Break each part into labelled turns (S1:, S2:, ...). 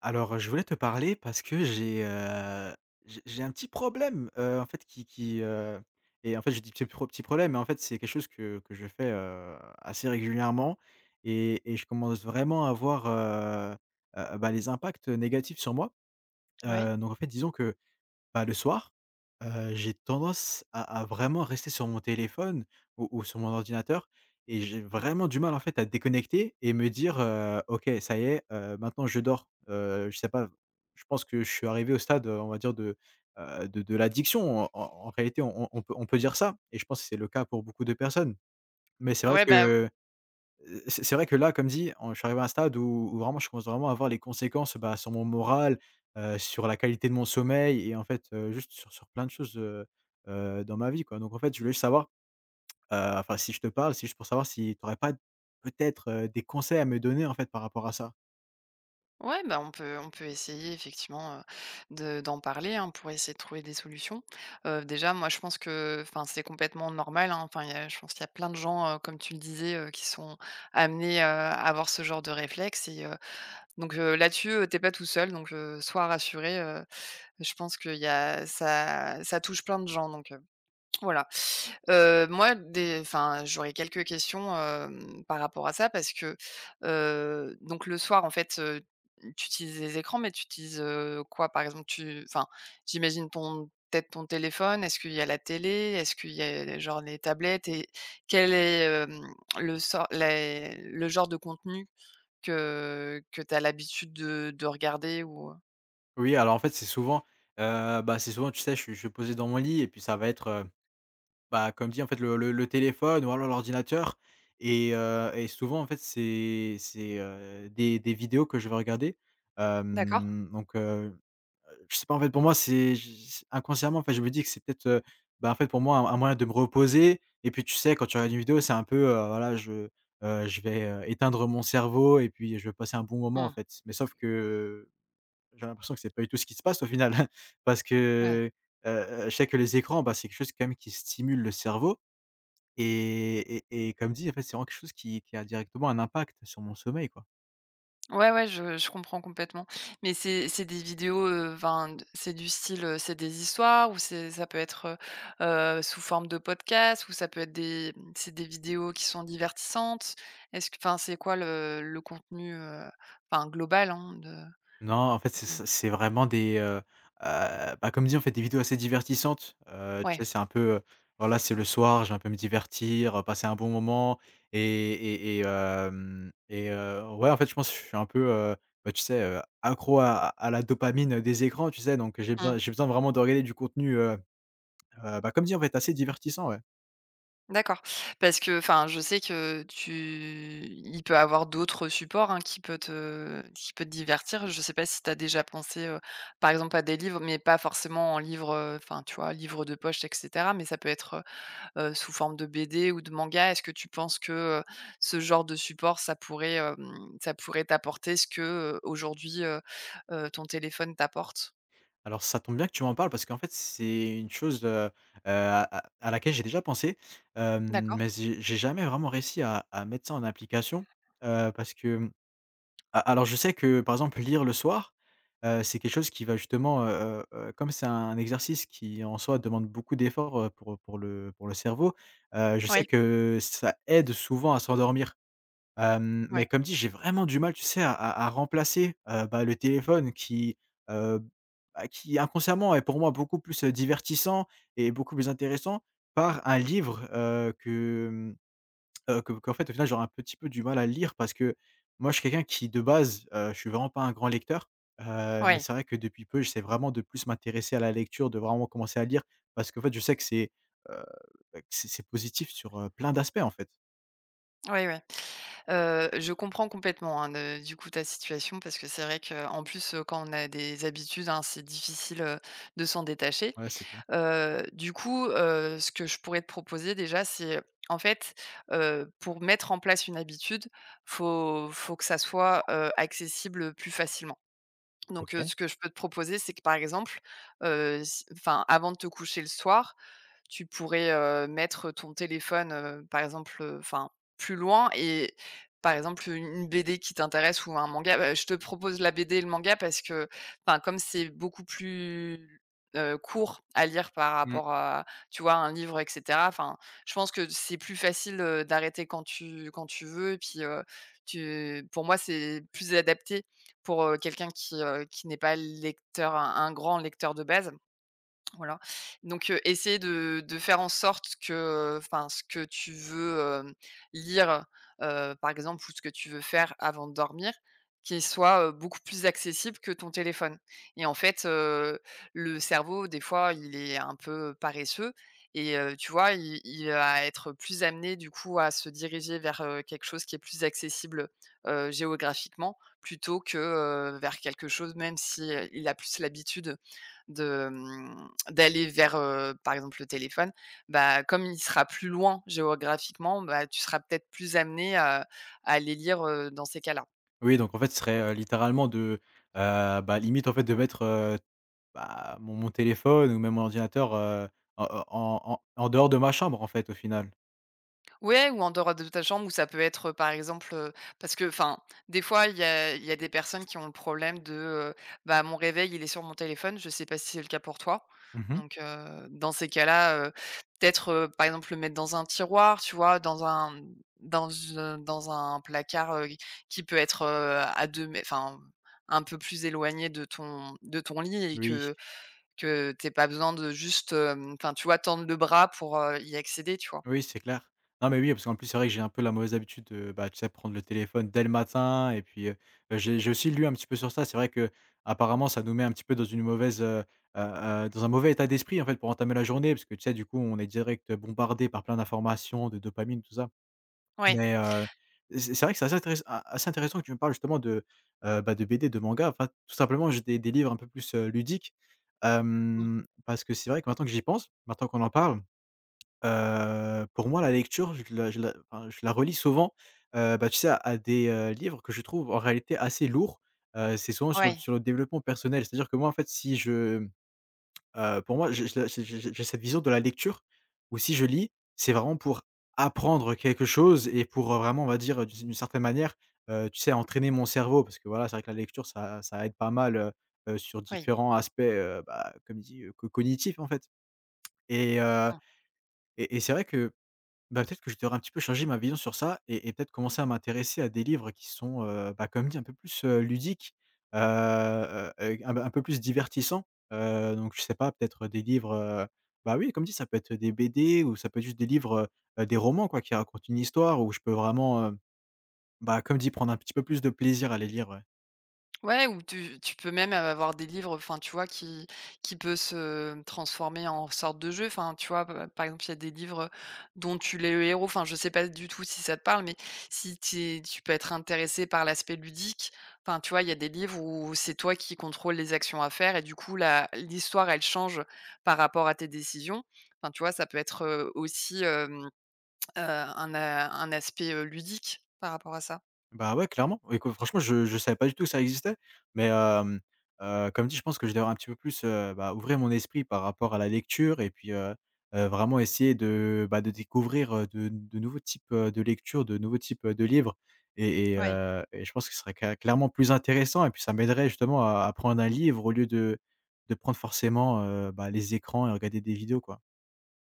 S1: Alors, je voulais te parler parce que j'ai, j'ai un petit problème, en fait, qui, et en fait, je dis petit problème, mais en fait, c'est quelque chose que je fais, assez régulièrement et je commence vraiment à voir, bah, les impacts négatifs sur moi.
S2: Ouais.
S1: Donc en fait, disons que bah, le soir, j'ai tendance à vraiment rester sur mon téléphone ou sur mon ordinateur et j'ai vraiment du mal, en fait, à déconnecter et me dire, «OK, ça y est, maintenant je dors». Je sais pas, je pense que je suis arrivé au stade, on va dire de l'addiction en réalité on peut dire ça et je pense que c'est le cas pour beaucoup de personnes. Mais c'est vrai
S2: Ouais, bah,
S1: que c'est vrai que là, comme dit, en je suis arrivé à un stade où vraiment je commence vraiment à voir les conséquences, bah, sur mon moral, sur la qualité de mon sommeil et en fait, juste sur plein de choses, dans ma vie, quoi. Donc en fait, je voulais juste savoir, enfin si je te parle, c'est juste pour savoir si tu n'aurais pas peut-être, des conseils à me donner, en fait, par rapport à ça?
S2: ouais, bah, on peut essayer effectivement d'en parler, hein, pour essayer de trouver des solutions. Déjà, moi, je pense que, enfin, c'est complètement normal, hein. Enfin, je pense qu'il y a plein de gens, comme tu le disais, qui sont amenés à avoir ce genre de réflexe. Et donc là-dessus, t'es pas tout seul. Donc, sois rassuré. Je pense que y a, ça touche plein de gens. Donc, voilà. Moi des enfin, j'aurais quelques questions, par rapport à ça parce que, donc le soir en fait, tu utilises les écrans, mais tu utilises, quoi? Par exemple, tu enfin, j'imagine ton peut-être ton téléphone. Est-ce qu'il y a la télé? Est-ce qu'il y a genre les tablettes? Et quel est, le sort les le genre de contenu que tu as l'habitude de regarder ou,
S1: Oui, alors en fait, c'est souvent, bah, c'est souvent, tu sais, je suis posé dans mon lit et puis ça va être, bah, comme dit, en fait, le téléphone ou alors l'ordinateur et souvent, en fait, c'est des vidéos que je vais regarder.
S2: d'accord.
S1: Hem, donc Je sais pas, en fait, pour moi, c'est j inconsciemment, en fait, je me dis que c'est peut-être, bah, en fait, pour moi, un moyen de me reposer et puis, tu sais, quand tu regardes une vidéo, c'est un peu, voilà, je vais, éteindre mon cerveau et puis je vais passer un bon moment, en
S2: Mmh,
S1: fait. Mais sauf que j'ai l'impression que c'est pas du tout ce qui se passe au final parce
S2: ouais.
S1: que, heu je sais que les écrans, bah, c'est quelque chose quand même qui stimule le cerveau et comme dit, en fait, c'est vraiment quelque chose qui a directement un impact sur mon sommeil, quoi.
S2: Ouais, ouais, je comprends complètement. Mais c'est des vidéos, enfin, d c'est du style, c'est des histoires ou c'est ça peut être, heu sous forme de podcast ou ça peut être c'est des vidéos qui sont divertissantes? Est-ce que enfin, c'est quoi le contenu, enfin global, hein,
S1: Non, en fait,
S2: de
S1: c'est vraiment bah, comme dit, en fait, des vidéos assez divertissantes. Tu
S2: ouais.
S1: sais, c'est un peu, voilà, c'est le soir, je vais un peu me divertir, passer un bon moment et ouais, en fait, je suis un peu, bah, tu sais, accro à la dopamine des écrans, tu sais? Donc
S2: Mmh.
S1: j'ai besoin vraiment de regarder du contenu, bah, comme dit, en fait, assez divertissant, ouais.
S2: D'accord. Parce que, enfin, je sais que tu il peut avoir d'autres supports, hein, qui peut te divertir. Je sais pas si tu as déjà pensé, par exemple à des livres, mais pas forcément en livre, enfin, tu vois, livre de poche et cetera, mais ça peut être, sous forme de BD ou de manga. Est-ce que tu penses que, ce genre de support, ça pourrait, ça pourrait t'apporter ce que, aujourd'hui, ton téléphone t'apporte?
S1: Alors ça tombe bien que tu m'en parles parce qu'en fait c'est une chose, à laquelle j'ai déjà pensé,
S2: D'accord.
S1: mais j'ai jamais vraiment réussi à mettre ça en application, parce que, mmh, a alors je sais que par exemple lire le soir, c'est quelque chose qui va justement, comme c'est un exercice qui en soi demande beaucoup d'efforts, pour, pour le cerveau, je
S2: Oui.
S1: sais que ça aide souvent à s'endormir.
S2: Oui.
S1: Mais comme dit, j'ai vraiment du mal, tu sais, à remplacer, bah, le téléphone qui, heu, bah, qui inconsciemment est pour moi beaucoup plus, divertissant et beaucoup plus intéressant par un livre, que, que qu'en fait, au final, j'aurais un petit peu du mal à lire parce que moi, je suis quelqu'un qui, de base, je suis vraiment pas un grand lecteur, mais c'est vrai que depuis peu, j'essaie vraiment de plus m'intéresser à la lecture, de vraiment commencer à lire parce qu'en fait, je sais que heu, bah, que c'est positif sur, plein d'aspects, en fait.
S2: Oui. Oui, oui. Je comprends complètement, hein, de du coup, ta situation parce que c'est vrai que en plus, quand on a des habitudes, hein, c'est difficile, de s'en détacher.
S1: Ouais, c'est clair.
S2: Du coup, ce que je pourrais te proposer déjà, c'est, en fait, pour mettre en place une habitude, faut que ça soit, accessible, plus facilement. Donc
S1: OK.
S2: ce que je peux te proposer, c'est que, par exemple, si enfin, avant de te coucher le soir, tu pourrais, mettre ton téléphone, par exemple, enfin, plus loin et par exemple, une BD qui t'intéresse ou un manga. Bah, je te propose la BD et le manga parce que, enfin, comme c'est beaucoup plus, court à lire par rapport à, tu vois, un livre et cetera, enfin, je pense que c'est plus facile, d'arrêter quand tu veux et puis, tu pour moi, c'est plus adapté pour, quelqu'un qui n'est pas lecteur un grand lecteur de base. Voilà. Donc, essayer de faire en sorte que, enfin, ce que tu veux, lire, par exemple, ou ce que tu veux faire avant de dormir, qu'il soit, beaucoup plus accessible que ton téléphone et en fait, le cerveau, des fois, il est un peu paresseux et tu vois, il va être plus amené, du coup, à se diriger vers, quelque chose qui est plus accessible, géographiquement plutôt que, vers quelque chose même si, il a plus l'habitude de, d'aller vers, par exemple, le téléphone, bah, comme il sera plus loin géographiquement, bah, tu seras peut-être plus amené à les lire, dans ces cas-là.
S1: Oui, donc en fait, ce serait, littéralement de, bah, limite, en fait, de mettre, bah, mon téléphone ou même mon ordinateur, en en dehors de ma chambre, en fait, au final.
S2: Ouais ou en dehors de ta chambre, ou ça peut être, par exemple, parce que, enfin, des fois, il y a des personnes qui ont le problème de, bah, mon réveil, il est sur mon téléphone. Je sais pas si c'est le cas pour toi.
S1: Mhm.
S2: Donc, dans ces cas-là, peut-être, par exemple, le mettre dans un tiroir, tu vois? Dans un, dans un placard, qui peut être, à 2 mè enfin, un peu plus éloigné de ton lit et
S1: Oui,
S2: que tu pas besoin de juste, enfin, tu vois, tendre le bras pour, y accéder, tu vois?
S1: oui, c'est clair. Non, mais oui, parce qu'en plus, c'est vrai que j'ai un peu la mauvaise habitude de, bah, tu sais, prendre le téléphone dès le matin et puis, j'ai aussi lu un petit peu sur ça. C'est vrai que apparemment, ça nous met un petit peu dans une mauvaise, dans un mauvais état d'esprit, en fait, pour entamer la journée parce que, tu sais, du coup, on est direct bombardé par plein d'informations, de dopamine, tout ça.
S2: Ouais.
S1: Mais c'est vrai que c'est assez intéressant que tu me parles justement de, bah, de BD, de manga, enfin tout simplement juste des livres un peu plus, ludiques.
S2: Mmh.
S1: Parce que c'est vrai que maintenant que j'y pense, maintenant qu'on en parle, pour moi la lecture je la enfin je la relie souvent, bah, tu sais à des, livres que je trouve en réalité assez lourds. C'est souvent sur
S2: Ouais.
S1: le développement personnel. C'est-à-dire que moi en fait si je pour moi, j'ai cette vision de la lecture où si je lis, c'est vraiment pour apprendre quelque chose et pour, vraiment, on va dire, d'une certaine manière, tu sais, entraîner mon cerveau parce que voilà, c'est vrai que la lecture ça aide pas mal, sur
S2: Oui.
S1: différents aspects, bah, comme dit, co cognitifs, en fait et
S2: Mmh.
S1: c'est vrai que bah, peut-être que je devrais un petit peu changer ma vision sur ça et peut-être commencer à m'intéresser à des livres qui sont, bah, comme dit, un peu plus, ludiques, un peu plus divertissants. Donc je sais pas, peut-être des livres, bah, oui, comme dit, ça peut être des BD ou ça peut être juste des livres, des romans, quoi, qui racontent une histoire où je peux vraiment, bah, comme dit, prendre un petit peu plus de plaisir à les lire, ouais.
S2: Ouais ou tu peux même avoir des livres, enfin, tu vois, qui peut se transformer en sorte de jeu. Enfin, tu vois, p par exemple, il y a des livres dont tu l'es le héros. Enfin, je sais pas du tout si ça te parle, mais si tu peux être intéressé par l'aspect ludique. Enfin, tu vois, il y a des livres où c'est toi qui contrôle les actions à faire et du coup, la l'histoire, elle change par rapport à tes décisions. Enfin, tu vois, ça peut être, aussi, un aspect, ludique par rapport à ça.
S1: Bah, ouais, clairement. Écoute, franchement, je savais pas du tout que ça existait, mais, comme dit, je pense que je devrais un petit peu plus, bah, ouvrir mon esprit par rapport à la lecture et puis, vraiment essayer de, bah, de découvrir, de nouveaux types, de lectures, de nouveaux types, de livres et
S2: Ouais.
S1: je pense que ce serait clairement plus intéressant et puis ça m'aiderait justement à prendre un livre au lieu de prendre forcément, bah, les écrans et regarder des vidéos, quoi.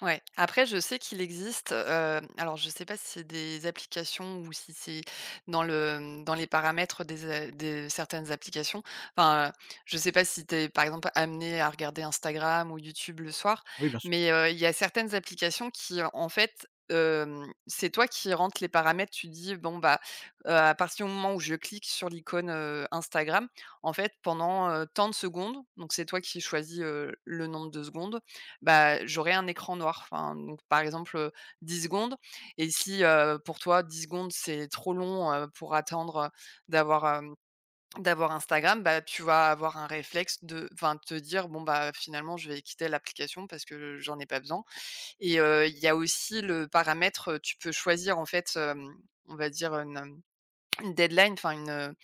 S2: Ouais, après je sais qu'il existe, alors je sais pas si c'est des applications ou si c'est dans les paramètres des a de certaines applications. Enfin, je sais pas si tu es, par exemple, amené à regarder Instagram ou YouTube le soir,
S1: Oui, bien sûr.
S2: mais, il y a certaines applications qui, en fait, c'est toi qui rentres les paramètres. Tu dis: «Bon, bah, à partir du moment où je clique sur l'icône, Instagram, en fait, pendant, tant de secondes», donc c'est toi qui choisis, le nombre de secondes, bah, j'aurai un écran noir, enfin, donc par exemple, 10 secondes et si, pour toi 10 secondes, c'est trop long, pour attendre, d'avoir, hem, d'avoir Instagram, bah, tu vas avoir un réflexe de enfin, te dire: «Bon, bah, finalement, je vais quitter l'application parce que j'en ai pas besoin» et il y a aussi le paramètre, tu peux choisir en fait, on va dire une, deadline, enfin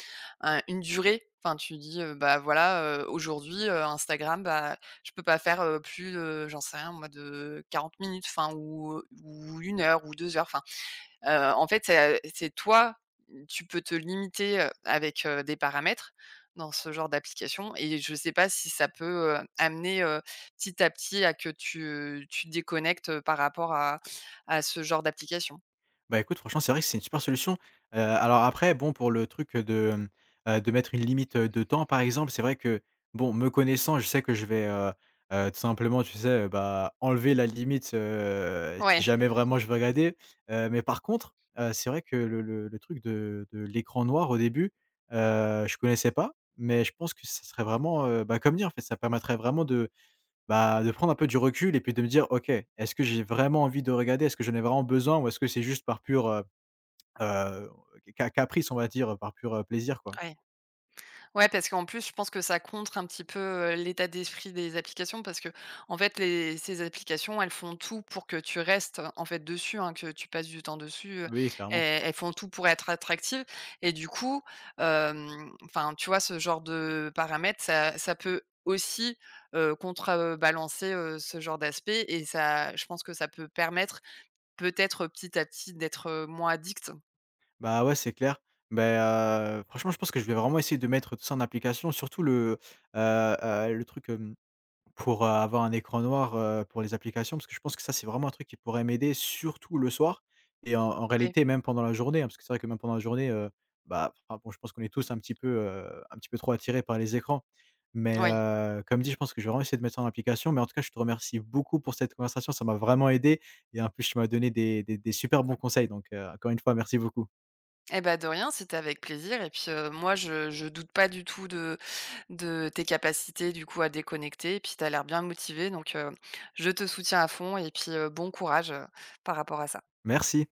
S2: une durée. Enfin, tu dis: «Bah, voilà, aujourd'hui, Instagram, bah, je peux pas faire, plus, j'en sais rien moi, de 40 minutes», enfin ou une heure ou 2 heures, enfin, en fait, c'est toi, tu peux te limiter, avec, des paramètres dans ce genre d'application et je sais pas si ça peut, amener, petit à petit à que tu déconnectes, par rapport à ce genre d'application.
S1: Bah, écoute, franchement, c'est vrai que c'est une super solution. Alors après, bon, pour le truc, de, de mettre une limite, de temps, par exemple, c'est vrai que, bon, me connaissant, je sais que je vais, tout simplement, tu sais, bah, enlever la limite,
S2: Ouais,
S1: si jamais vraiment je veux regarder. Mais par contre, c'est vrai que le truc de l'écran noir, au début, je connaissais pas, mais je pense que ça serait vraiment, bah, comme dit, en fait, ça permettrait vraiment de bah, de prendre un peu du recul et puis de me dire: «OK, est-ce que j'ai vraiment envie de regarder? Est-ce que j'en ai vraiment besoin ou est-ce que c'est juste par pur, heu, ca caprice, on va dire, par pur, plaisir, quoi?»
S2: ouais. Ouais, parce qu'en plus, je pense que ça contre un petit peu, l'état d'esprit des applications parce que en fait, les ces applications, elles font tout pour que tu restes, en fait, dessus, hein, que tu passes du temps dessus,
S1: oui, clairement.
S2: elles font tout pour être attractives et du coup, enfin, tu vois, ce genre de paramètres, ça peut aussi, contrebalancer, ce genre d'aspect et ça je pense que ça peut permettre peut-être, petit à petit, d'être, moins addict.
S1: Bah, ouais, c'est clair. ben Franchement, je pense que je vais vraiment essayer de mettre tout ça en application, surtout le truc, pour, avoir un écran noir, pour les applications, parce que je pense que ça, c'est vraiment un truc qui pourrait m'aider, surtout le soir et en
S2: Oui.
S1: réalité même pendant la journée, hein, parce que c'est vrai que même pendant la journée, bah, enfin bon, je pense qu'on est tous un petit peu trop attirés par les écrans. Mais,
S2: Oui.
S1: comme dit, je pense que je vais vraiment essayer de mettre ça en application. Mais en tout cas, je te remercie beaucoup pour cette conversation, ça m'a vraiment aidé et en plus, tu m'as donné des super bons conseils, donc, encore une fois, merci beaucoup.
S2: Eh ben de rien, c'était avec plaisir et puis, moi je doute pas du tout de tes capacités du coup à déconnecter et puis t'as l'air bien motivé, donc, je te soutiens à fond et puis, bon courage, par rapport à ça.
S1: Merci.